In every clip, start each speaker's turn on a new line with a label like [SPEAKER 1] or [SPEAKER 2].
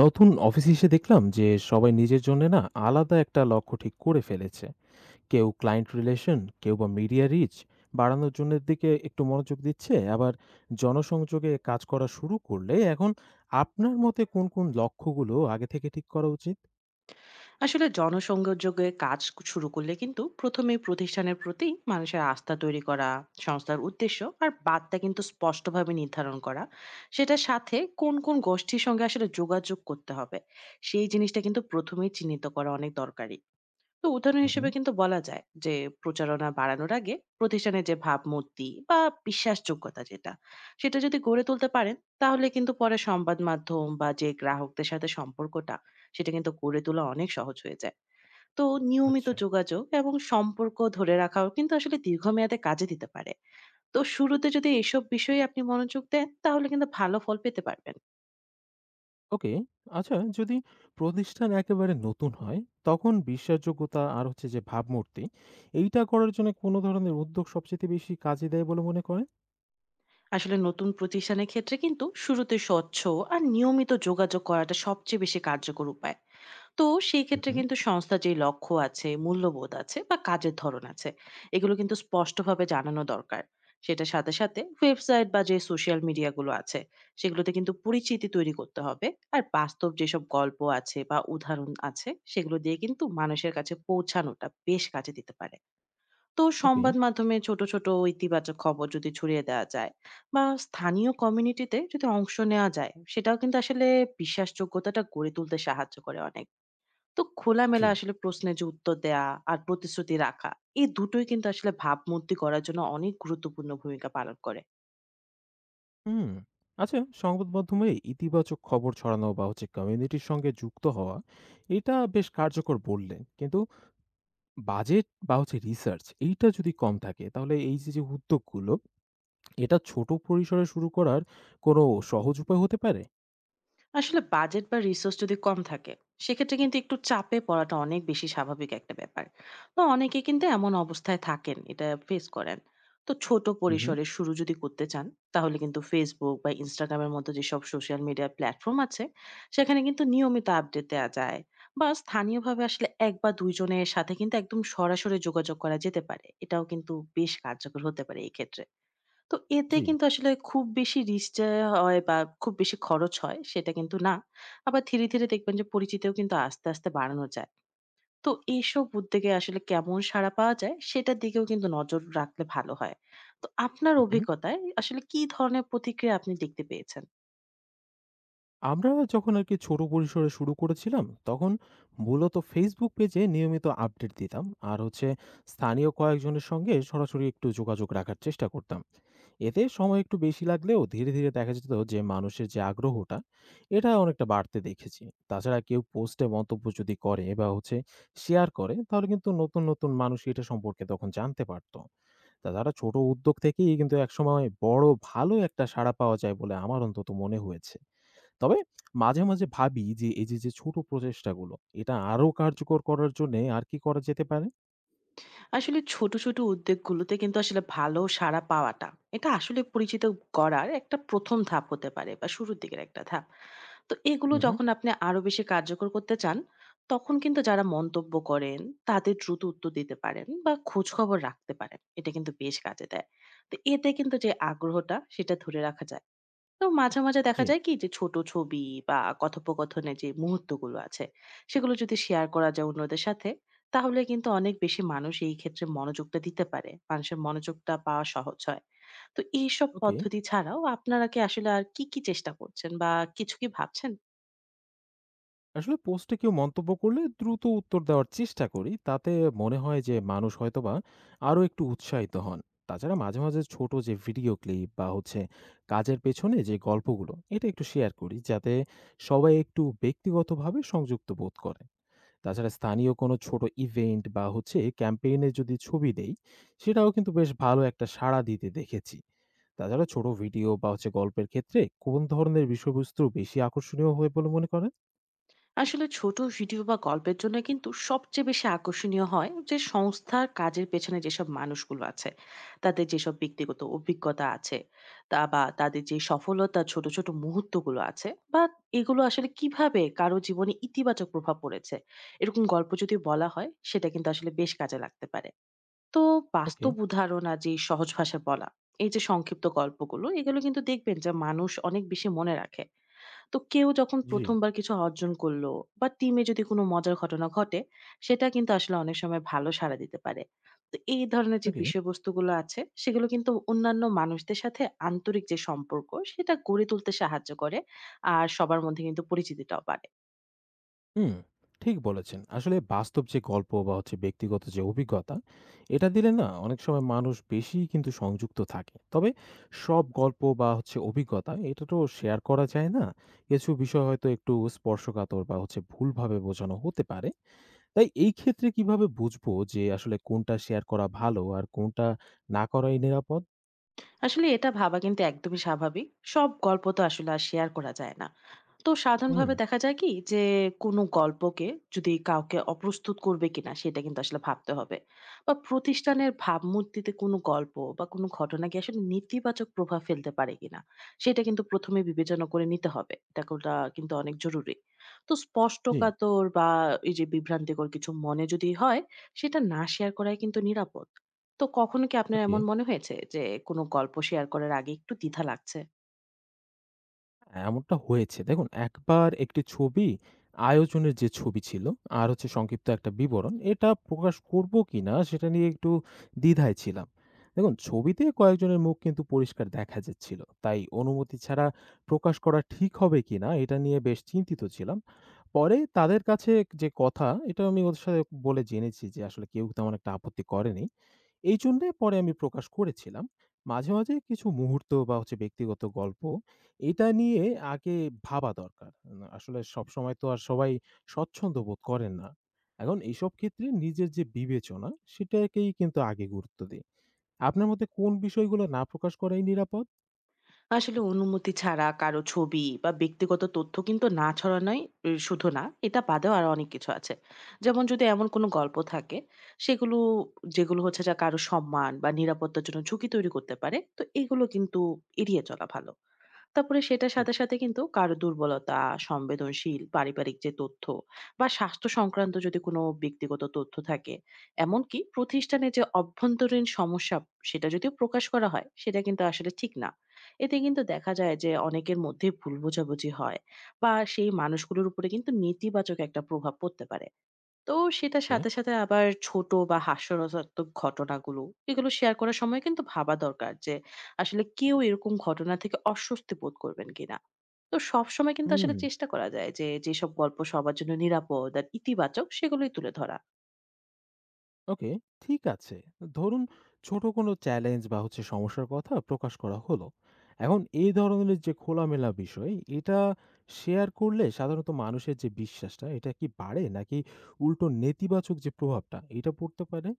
[SPEAKER 1] নতুন অফিস এসে দেখলাম যে সবাই নিজের জন্য না আলাদা একটা লক্ষ্য ঠিক করে ফেলেছে। কেউ ক্লায়েন্ট রিলেশন, কেউ বা মিডিয়া রিচ বাড়ানোর জন্য দিকে একটু মনোযোগ দিচ্ছে। আবার জনসংযোগে কাজ করা শুরু করলে এখন আপনার মতে কোন কোন লক্ষ্যগুলো আগে থেকে ঠিক করা উচিত?
[SPEAKER 2] আসলে জনসংযোগে কাজ শুরু করলে কিন্তু প্রথমে প্রতিষ্ঠানের প্রতি মানুষের আস্থা তৈরি করা, সংস্থার উদ্দেশ্য আর বার্তা কিন্তু স্পষ্টভাবে নির্ধারণ করা, সেটার সাথে কোন কোন গোষ্ঠীর সঙ্গে আসলে যোগাযোগ করতে হবে সেই জিনিসটা কিন্তু প্রথমেই চিহ্নিত করা অনেক দরকারি। তো উদাহরণ হিসেবে
[SPEAKER 1] হুম।
[SPEAKER 2] কিন্তু বলা যায় যে, প্রচারণা বাড়ানোর আগে প্রতিষ্ঠানের যে ভাবমূর্তি বা বিশ্বাসযোগ্যতা যেটা, সেটা যদি গড়ে তুলতে পারেন, তাহলে কিন্তু পরে সংবাদ মাধ্যম বা যে গ্রাহকদের সাথে সম্পর্কটা, সেটা কিন্তু গড়ে তোলা অনেক সহজ হয়ে যায়। তো নিয়মিত
[SPEAKER 1] আচ্ছা।
[SPEAKER 2] যোগাযোগ এবং সম্পর্ক ধরে রাখাও কিন্তু আসলে দীর্ঘমেয়াদে কাজে দিতে পারে। তো শুরুতে যদি এসব বিষয়ে আপনি মনোযোগ দেন, তাহলে কিন্তু ভালো ফল পেতে পারবেন।
[SPEAKER 1] ওকে। আচ্ছা, যদি প্রতিষ্ঠান একেবারে নতুন হয়, তখন বিশ্বাসযোগ্যতা আর হচ্ছে যে ভাবমূর্তি এইটা করার জন্য কোনো ধরনের উদ্যোগ সবচেয়ে বেশি কাজে দেয় বলে মনে করেন?
[SPEAKER 2] আসলে নতুন প্রতিষ্ঠানের ক্ষেত্রে কিন্তু শুরুতে স্বচ্ছ আর নিয়মিত যোগাযোগ করাটা সবচেয়ে বেশি কার্যকর উপায়। তো সেই ক্ষেত্রে
[SPEAKER 1] হুম।
[SPEAKER 2] কিন্তু সংস্থার যে লক্ষ্য আছে, মূল্যবোধ আছে বা কাজের ধরন আছে, এগুলো কিন্তু স্পষ্টভাবে জানানো দরকার। সেটার সাথে, সাথে ওয়েবসাইট বা যে সোশ্যাল মিডিয়া গুলো আছে, সেগুলোতে কিন্তু পরিচিতি তৈরি করতে হবে। আর বাস্তব যেসব গল্প আছে বা উদাহরণ আছে, সেগুলো দিয়ে কিন্তু মানুষের কাছে পৌঁছানোটা বেশ কাজে দিতে পারে। তো
[SPEAKER 1] ওকে।
[SPEAKER 2] সংবাদ মাধ্যমে ছোট, ছোট ইতিবাচক খবর যদি ছড়িয়ে দেওয়া যায় বা স্থানীয় কমিউনিটিতে যদি অংশ নেওয়া যায়, সেটাও কিন্তু আসলে বিশ্বাসযোগ্যতাটা গড়ে তুলতে সাহায্য করে অনেক। তো
[SPEAKER 1] জি।
[SPEAKER 2] খোলামেলা আসলে প্রশ্নের যে উত্তর দেয়া আর প্রতিশ্রুতি রাখা, এই দুটোই কিন্তু আসলে ভাবমূর্তি করার জন্য অনেক গুরুত্বপূর্ণ ভূমিকা পালন করে।
[SPEAKER 1] হুম। আচ্ছা, সংবাদ মাধ্যমে ইতিবাচক খবর ছড়ানো বা হচ্ছে কমিউনিটির সঙ্গে যুক্ত হওয়া, এটা বেশ কার্যকর বললেন। কিন্তু বাজেট বা হচ্ছে রিসার্চ এইটা যদি কম থাকে তাহলে এই যে, যে উদ্যোগগুলো এটা ছোট পরিসরে শুরু করার কোনো সহজ উপায় হতে পারে?
[SPEAKER 2] আসলে বাজেট বা রিসোর্স যদি কম থাকে, সেক্ষেত্রে কিন্তু একটু চাপে পড়াটা অনেক বেশি স্বাভাবিক একটা ব্যাপার। তো অনেকে কিন্তু এমন অবস্থায় থাকেন, এটা ফেস করেন। তো ছোট
[SPEAKER 1] হু, হু।
[SPEAKER 2] পরিসরে শুরু যদি করতে চান, তাহলে কিন্তু ফেসবুক বা ইনস্টাগ্রামের মতো যেসব সোশ্যাল মিডিয়া প্ল্যাটফর্ম আছে, সেখানে কিন্তু নিয়মিত আপডেট দেওয়া যায়। বা স্থানীয়ভাবে আসলে এক বা দুইজনের সাথে কিন্তু একদম সরাসরি যোগাযোগ করা যেতে পারে, এটাও কিন্তু বেশ কার্যকর হতে পারে এই ক্ষেত্রে। তো এতে
[SPEAKER 1] জি।
[SPEAKER 2] কিন্তু আসলে খুব বেশি রিস্ক যে হয় বা খুব বেশি খরচ হয় সেটা কিন্তু না। আবার ধীরে, ধীরে দেখবেন যে পরিচিতিও কিন্তু আস্তে, আস্তে বাড়ানো যায়। তো এইসব উদ্যোগে আসলে কেমন সাড়া পাওয়া যায় সেটার দিকেও কিন্তু নজর রাখলে ভালো হয়। তো আপনার
[SPEAKER 1] হু, হু।
[SPEAKER 2] অভিজ্ঞতায় আসলে কি ধরনের প্রতিক্রিয়া আপনি দেখতে পেয়েছেন?
[SPEAKER 1] আমরা যখন আরকি ছোট পরিসরে শুরু করেছিলাম তখন মূলত Facebook পেজে নিয়মিত আপডেট দিতাম। আর হচ্ছে স্থানীয় কয়েকজনের সঙ্গে সরাসরি একটু যোগাযোগ রাখার চেষ্টা করতাম। এতে সময় একটু বেশি লাগলেও ধীরে ধীরে দেখা যেত যে মানুষের যে আগ্রহটা এটা অনেকটা বাড়তে দেখেছি। তাছাড়া কেউ পোস্টে মন্তব্য যদি করে বা হচ্ছে শেয়ার করে তাহলে কিন্তু নতুন নতুন মানুষ এটা সম্পর্কে তখন জানতে পারতো। তাছাড়া ছোট উদ্যোগ থেকেই কিন্তু একসময় বড় ভালো একটা সাড়া পাওয়া যায় বলে আমার অন্তত মনে হয়েছে। তবে মাঝে মাঝে ভাবি যে এই যে যে ছোট প্রচেষ্টাগুলো এটা আরো কার্যকর করার জন্য আর কি করা যেতে পারে?
[SPEAKER 2] আসলে ছোট, ছোট উদ্যোগগুলোতে কিন্তু আসলে ভালো সাড়া পাওয়াটা, এটা আসলে পরিচিত করার একটা প্রথম ধাপ হতে পারে বা শুরুর দিকের একটা ধাপ। তো এগুলো
[SPEAKER 1] হুম।
[SPEAKER 2] যখন আপনি আরো বেশি কার্যকর করতে চান, তখন কিন্তু যারা মন্তব্য করেন, তাদের দ্রুত উত্তর দিতে পারেন বা খোঁজখবর রাখতে পারেন। এটা কিন্তু বেশ কাজে দেয়। তো এতে কিন্তু যে আগ্রহটা, সেটা ধরে রাখা যায়। তো মাঝে, মাঝে
[SPEAKER 1] জি।
[SPEAKER 2] দেখা যায় কি যে, ছোট ছবি বা কথোপকথনের যে মুহূর্তগুলো আছে, সেগুলো যদি শেয়ার করা যায় অন্যদের সাথে, তাহলে কিন্তু অনেক বেশি মানুষ এই ক্ষেত্রে মনোযোগটা দিতে পারে। মানুষের মনোযোগটা পাওয়া সহজ হয়। তো এইসব
[SPEAKER 1] ওকে।
[SPEAKER 2] পদ্ধতি ছাড়াও আপনারা কি আসলে আর কি, কি চেষ্টা করছেন বা কিছু কি ভাবছেন?
[SPEAKER 1] আসলে পোস্টে কেউ মন্তব্য করলে দ্রুত উত্তর দেওয়ার চেষ্টা করি, তাতে মনে হয় যে মানুষ হয়তোবা আরো একটু উৎসাহিত হন। তাছাড়া মাঝে মাঝে ছোট যে ভিডিও ক্লিপ বা হচ্ছে কাজের পেছনে যে গল্পগুলো এটা একটু শেয়ার করি, যাতে সবাই একটু ব্যক্তিগতভাবে সংযুক্ত বোধ করে। তাছাড়া স্থানীয় কোনো ছোট ইভেন্ট বা হচ্ছে ক্যাম্পেইনের যদি ছবি দেই, সেটাও কিন্তু বেশ ভালো একটা সাড়া দিতে দেখেছি। তাছাড়া ছোট ভিডিও বা হচ্ছে গল্পের ক্ষেত্রে কোন ধরনের বিষয়বস্তু বেশি আকর্ষণীয় হয় বলে মনে করেন?
[SPEAKER 2] আসলে ছোট ভিডিও বা গল্পের জন্য কিন্তু সবচেয়ে বেশি আকর্ষণীয় হয় যে, সংস্থার কাজের পেছনে যেসব মানুষগুলো আছে, তাদের যেসব ব্যক্তিগত অভিজ্ঞতা আছে, তা বা তাদের যে সফলতা ছোট ছোট মুহূর্তগুলো আছে, বা এগুলো আসলে কিভাবে কারো জীবনে ইতিবাচক প্রভাব পড়েছে, এরকম গল্প যদি বলা হয়, সেটা কিন্তু আসলে বেশ কাজে লাগতে পারে। তো
[SPEAKER 1] ওকে।
[SPEAKER 2] বাস্তব উদাহরণ আর যে সহজ ভাষায় বলা, এই যে সংক্ষিপ্ত গল্পগুলো, এগুলো কিন্তু দেখবেন যে মানুষ অনেক বেশি মনে রাখে। তো কেউ যখন
[SPEAKER 1] জি।
[SPEAKER 2] প্রথম বার কিছু অর্জন করলো বা টিমে যদি কোনো মজার ঘটনা ঘটে, সেটা কিন্তু আসলে অনেক সময় ভালো সাড়া দিতে পারে। তো এই ধরনের যে
[SPEAKER 1] ওকে।
[SPEAKER 2] বিষয়বস্তুগুলো আছে, সেগুলো কিন্তু অন্যান্য মানুষদের সাথে আন্তরিক যে সম্পর্ক, সেটা গড়ে তুলতে সাহায্য করে। আর সবার মধ্যে কিন্তু পরিচিতিটাও বাড়ে।
[SPEAKER 1] হুম, ঠিক বলেছেন। আসলে বাস্তব যে গল্প বা হচ্ছে ব্যক্তিগত যে অভিজ্ঞতা, এটা দিলে না অনেক সময় মানুষ বেশি কিন্তু সংযুক্ত থাকে। তবে সব গল্প বা হচ্ছে অভিজ্ঞতা এটা তো শেয়ার করা যায় না। কিছু বিষয় হয়তো একটু স্পর্শকাতর বা হচ্ছে ভুলভাবে বোঝানো হতে পারে। তাই এই ক্ষেত্রে কিভাবে বুঝবো যে আসলে কোনটা শেয়ার করা ভালো আর কোনটা না করাই নিরাপদ?
[SPEAKER 2] আসলে এটা ভাবা কিন্তু একদমই স্বাভাবিক। সব গল্প তো আসলে আর শেয়ার করা যায় না। তো
[SPEAKER 1] হুম,
[SPEAKER 2] সাধারণভাবে দেখা যায় কি যে, কোনো গল্পকে যদি কাউকে অপ্রস্তুত করবে কিনা সেটা কিন্তু আসলে ভাবতে হবে। বা প্রতিষ্ঠানের ভাবমূর্তিতে কোনো গল্প বা কোনো ঘটনা কি আসলে নেতিবাচক প্রভাব ফেলতে পারে কিনা, সেটা কিন্তু প্রথমে বিবেচনা করে নিতে হবে। এটা করা কিন্তু অনেক জরুরি। তো স্পষ্ট
[SPEAKER 1] জি,
[SPEAKER 2] কাতর বা এই যে বিভ্রান্তিকর কিছু মনে যদি হয়, সেটা না শেয়ার করাই কিন্তু নিরাপদ। তো কখনো কি আপনার
[SPEAKER 1] ওকে।
[SPEAKER 2] এমন মনে হয়েছে যে কোনো গল্প শেয়ার করার আগে একটু দ্বিধা লাগছে?
[SPEAKER 1] হ্যাঁ, এমনটা হয়েছে। দেখুন, একবার একটি ছবি আয়োজনের যে ছবি ছিল আর হচ্ছে সংক্ষিপ্ত একটা বিবরণ, এটা প্রকাশ করব কিনা সেটা নিয়ে একটু দ্বিধায় ছিলাম। দেখুন, ছবিতে কয়েকজনের মুখ কিন্তু পরিষ্কার দেখা যাচ্ছিল। তাই অনুমতি ছাড়া প্রকাশ করা ঠিক হবে কিনা এটা নিয়ে বেশ চিন্তিত ছিলাম। পরে তাদের কাছে যে কথা এটা আমি ওদের সাথে বলে জেনেছি যে আসলে কেউ তেমন একটা আপত্তি করেনি। এই জন্যে পরে আমি প্রকাশ করেছিলাম। মাঝে, মাঝে কিছু মুহূর্ত বা হচ্ছে ব্যক্তিগত গল্প এটা নিয়ে আগে ভাবা দরকার। না, আসলে সবসময় তো আর সবাই স্বচ্ছন্দ বোধ করেন না। এখন এইসব ক্ষেত্রে নিজের যে বিবেচনা সেটাকেই কিন্তু আগে গুরুত্ব দেই। আপনার মতে কোন বিষয়গুলো না প্রকাশ করাই নিরাপদ?
[SPEAKER 2] আসলে অনুমতি ছাড়া কারো ছবি বা ব্যক্তিগত তথ্য কিন্তু না ছড়ানোই শুধু না, এটা বাদেও আরো অনেক কিছু আছে। যেমন যদি এমন কোনো গল্প থাকে, সেগুলো যেগুলো হচ্ছে যে কারো সম্মান বা নিরাপত্তার জন্য ঝুঁকি তৈরি করতে পারে, তো এগুলো কিন্তু এড়িয়ে চলা ভালো। তারপরে সেটার
[SPEAKER 1] জি,
[SPEAKER 2] সাথে, সাথে কিন্তু কারো দুর্বলতা, সংবেদনশীল পারিবারিক যে তথ্য বা স্বাস্থ্য সংক্রান্ত যদি কোনো ব্যক্তিগত তথ্য থাকে, এমনকি প্রতিষ্ঠানের যে অভ্যন্তরীণ সমস্যা সেটা যদিও প্রকাশ করা হয়, সেটা কিন্তু আসলে ঠিক না। এতে কিন্তু দেখা যায় যে অনেকের মধ্যে ভুল বোঝাবুঝি হয় বা সেই মানুষগুলোর উপরে কিন্তু নেতিবাচক একটা প্রভাব পড়তে পারে। তো সেটার
[SPEAKER 1] জি।
[SPEAKER 2] সাথে, সাথে আবার ছোট বা হাস্যরসাত্মক ঘটনাগুলো, এগুলো শেয়ার করার সময় কিন্তু ভাবা দরকার যে আসলে কেউ এরকম ঘটনা থেকে অস্বস্তি বোধ করবেন কিনা। তো সবসময় কিন্তু
[SPEAKER 1] হুম।
[SPEAKER 2] আসলে চেষ্টা করা যায় যে যেসব গল্প সবার জন্য নিরাপদ আর ইতিবাচক সেগুলোই তুলে ধরা।
[SPEAKER 1] ওকে, ঠিক আছে। ধরুন ছোট কোনো চ্যালেঞ্জ বা হচ্ছে সমস্যার কথা প্রকাশ করা হলো। এখন এই ধরনের যে খোলামেলা বিষয়, এটা শেয়ার করলে সাধারণত মানুষের যে বিশ্বাসটা, এটা কি বাড়ে? নাকি উল্টো নেতিবাচক যে প্রভাবটা, এটা পড়তে পারে?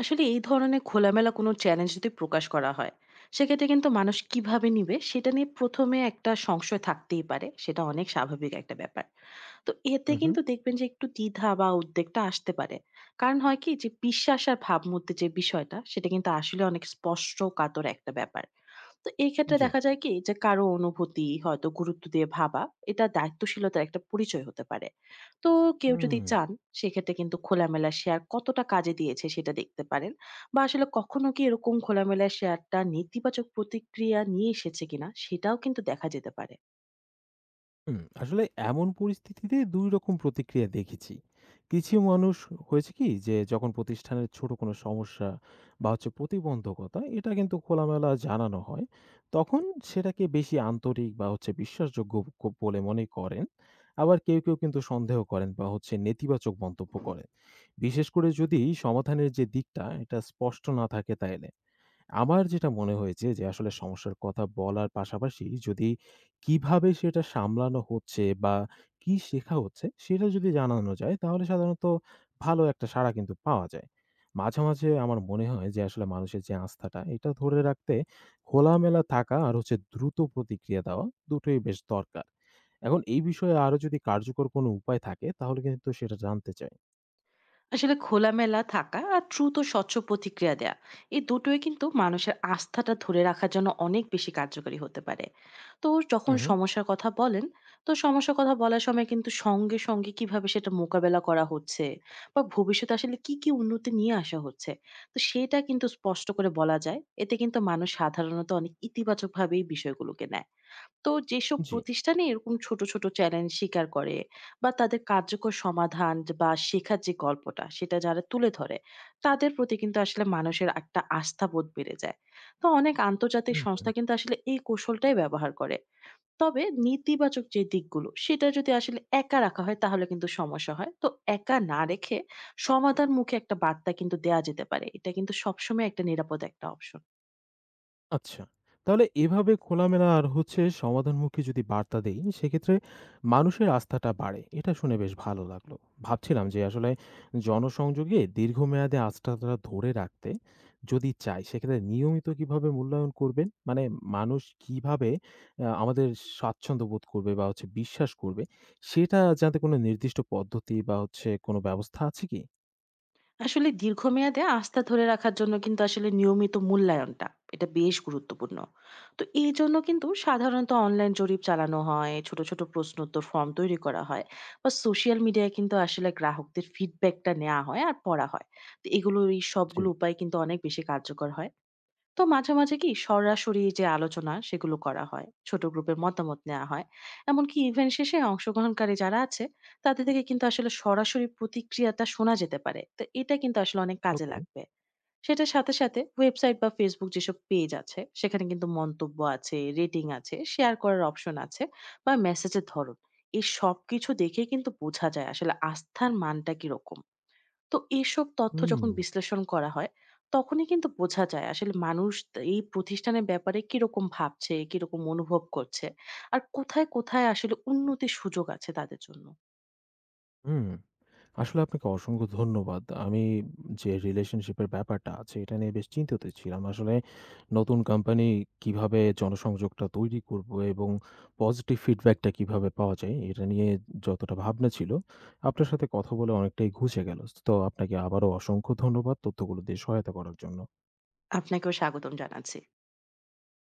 [SPEAKER 2] আসলে এই ধরনের খোলামেলা কোনো চ্যালেঞ্জ যদি প্রকাশ করা হয়, সেক্ষেত্রে কিন্তু মানুষ কিভাবে নিবে সেটা নিয়ে প্রথমে একটা সংশয় থাকতেই পারে, সেটা অনেক স্বাভাবিক একটা ব্যাপার। তো এতে
[SPEAKER 1] উহু,
[SPEAKER 2] কিন্তু দেখবেন যে একটু দ্বিধা বা উদ্বেগটা আসতে পারে। কারণ হয় কি যে, বিশ্বাস আর ভাবমূর্তির যে বিষয়টা, সেটা কিন্তু আসলে অনেক স্পষ্ট কাতর একটা ব্যাপার। তো এই ক্ষেত্রে
[SPEAKER 1] জি।
[SPEAKER 2] দেখা যায় কি যে, কারো অনুভূতি হয়তো গুরুত্ব দিয়ে ভাবা, এটা দায়িত্বশীলতার একটা পরিচয় হতে পারে। তো কেউ
[SPEAKER 1] হুম।
[SPEAKER 2] যদি চান, সেক্ষেত্রে কিন্তু খোলামেলা শেয়ার কতটা কাজে দিয়েছে সেটা দেখতে পারেন। বা আসলে কখনো কি এরকম খোলামেলা শেয়ারটা নেতিবাচক প্রতিক্রিয়া নিয়ে এসেছে কিনা সেটাও কিন্তু দেখা যেতে পারে।
[SPEAKER 1] হুম, আসলে এমন পরিস্থিতিতে ২ রকম প্রতিক্রিয়া দেখেছি। কিছু মানুষ হয়েছে কি যে যখন প্রতিষ্ঠানের ছোট কোনো সমস্যা বা হচ্ছে প্রতিবন্ধকতা এটা কিন্তু খোলামেলা জানানো হয়, তখন সেটাকে বেশি আন্তরিক বা হচ্ছে বিশ্বাসযোগ্য ক বলে মনে করেন। আবার কেউ, কেউ কিন্তু সন্দেহ করেন বা হচ্ছে নেতিবাচক মন্তব্য করেন। বিশেষ করে যদি সমাধানের যে দিকটা এটা স্পষ্ট না থাকে তাইলে। আমার যেটা মনে হয়েছে যে আসলে সমস্যার কথা বলার পাশাপাশি যদি কিভাবে সেটা সামলানো হচ্ছে বা কি শেখা হচ্ছে সেটা যদি জানানো যায় তাহলে সাধারণত ভালো একটা সাড়া কিন্তু পাওয়া যায়। মাঝে, মাঝে আমার মনে হয় যে আসলে মানুষের যে আস্থাটা এটা ধরে রাখতে খোলামেলা থাকা আর হচ্ছে দ্রুত প্রতিক্রিয়া দেওয়া দুটোই বেশ দরকার। এখন এই বিষয়ে আরো যদি কার্যকর কোনো উপায় থাকে তাহলে কিন্তু সেটা জানতে চাই।
[SPEAKER 2] আসলে খোলামেলা থাকা আর দ্রুত স্বচ্ছ প্রতিক্রিয়া দেয়া, এই দুটোই কিন্তু মানুষের আস্থাটা ধরে রাখার জন্য অনেক বেশি কার্যকরী হতে পারে। তো যখন
[SPEAKER 1] উহু,
[SPEAKER 2] সমস্যার কথা বলেন, তো সমস্যার কথা বলার সময় কিন্তু সঙ্গে সঙ্গে কিভাবে সেটা মোকাবেলা করা হচ্ছে বা ভবিষ্যতে আসলে কি কি উন্নতি নিয়ে আসা হচ্ছে, তো সেটা কিন্তু স্পষ্ট করে বলা যায়, এতে কিন্তু মানুষ সাধারণত অনেক ইতিবাচকভাবেই বিষয়গুলোকে নেয়। তো যেসব
[SPEAKER 1] জি।
[SPEAKER 2] প্রতিষ্ঠানে এরকম ছোট, ছোট চ্যালেঞ্জ স্বীকার করে বা তাদের কার্যকর সমাধান বা শেখার যে গল্পটা সেটা যারা তুলে ধরে, তাদের প্রতি কিন্তু আসলে মানুষের একটা আস্থা বোধ বেড়ে যায়। তো অনেক আন্তর্জাতিক
[SPEAKER 1] হুম। হুম।
[SPEAKER 2] সংস্থা কিন্তু আসলে এই কৌশলটাই ব্যবহার করে। তবে নেতিবাচক যে দিকগুলো সেটা যদি আসলে একা রাখা হয়, তাহলে কিন্তু সমস্যা হয়। তো একা না রেখে সমাধানমুখী একটা বার্তা কিন্তু দেয়া যেতে পারে। এটা কিন্তু সবসময় একটা নিরাপদ একটা অপশন।
[SPEAKER 1] আচ্ছা, তাহলে এভাবে খোলামেলা আর হচ্ছে সমাধানমুখী যদি বার্তা দেই, সেক্ষেত্রে মানুষের আস্থাটা বাড়ে। এটা শুনে বেশ ভালো লাগলো। ভাবছিলাম যে আসলে জনসংযোগে দীর্ঘমেয়াদে আস্থাটা ধরে রাখতে যদি চাই, সেক্ষেত্রে নিয়মিত কিভাবে মূল্যায়ন করবেন? মানে মানুষ কিভাবে আমাদের স্বাচ্ছন্দ্য বোধ করবে বা হচ্ছে বিশ্বাস করবে, সেটা জানতে কোনো নির্দিষ্ট পদ্ধতি বা হচ্ছে কোনো ব্যবস্থা আছে কি?
[SPEAKER 2] আসলে দীর্ঘমেয়াদে আস্থা ধরে রাখার জন্য কিন্তু আসলে নিয়মিত মূল্যায়নটা, এটা বেশ গুরুত্বপূর্ণ। তো এই জন্য কিন্তু সাধারণত অনলাইন জরিপ চালানো হয়, ছোট ছোট প্রশ্ন উত্তর ফর্ম তৈরি করা হয়, বা সোশ্যাল মিডিয়ায় কিন্তু আসলে গ্রাহকদের ফিডব্যাকটা নেওয়া হয় আর পড়া হয়। তো এগুলো, এই
[SPEAKER 1] জি।
[SPEAKER 2] সবগুলো উপায় কিন্তু অনেক বেশি কার্যকর হয়। তো মাঝে, মাঝে কি সরাসরি যে আলোচনা সেগুলো করা হয়। ছোট গ্রুপের মতামত নেওয়া হয়। এমনকি ইভেন্ট শেষে অংশগ্রহণকারী যারা আছে তাদের থেকে কিন্তু আসলে সরাসরি প্রতিক্রিয়াটা শোনা যেতে পারে। তো এটা কিন্তু আসলে অনেক কাজে
[SPEAKER 1] ওকে।
[SPEAKER 2] লাগবে। সেটার সাথে, সাথে ওয়েবসাইট বা Facebook যেসব পেজ আছে, সেখানে কিন্তু মন্তব্য আছে, রেটিং আছে, শেয়ার করার অপশন আছে বা মেসেজের ধরন। এই সবকিছু দেখেই কিন্তু বোঝা যায় আসলে আস্থার মানটা কিরকম। তো এইসব তথ্য
[SPEAKER 1] হুম,
[SPEAKER 2] যখন বিশ্লেষণ করা হয়, তখনই কিন্তু বোঝা যায় আসলে মানুষ এই প্রতিষ্ঠানের ব্যাপারে কিরকম ভাবছে, কিরকম অনুভব করছে। আর কোথায়, কোথায় আসলে উন্নতির সুযোগ আছে তাদের জন্য।
[SPEAKER 1] হুম। আসলে আপনাকে অসংখ্য ধন্যবাদ। আমি যে রিলেশনশিপের ব্যাপারটা আছে, এটা নিয়ে বেশ চিন্তিত ছিলাম। আসলে নতুন কোম্পানি কিভাবে জনসংযোগটা তৈরি করব এবং পজিটিভ ফিডব্যাকটা কিভাবে পাওয়া যায়, এটা নিয়ে যতটা ভাবনা ছিল, আপনার সাথে কথা বলে অনেকটাই ঘুচে গেল। তো আপনাকে আবারও অসংখ্য ধন্যবাদ তথ্যগুলো দিয়ে সহায়তা করার জন্য।
[SPEAKER 2] আপনাকেও স্বাগতম জানাচ্ছি।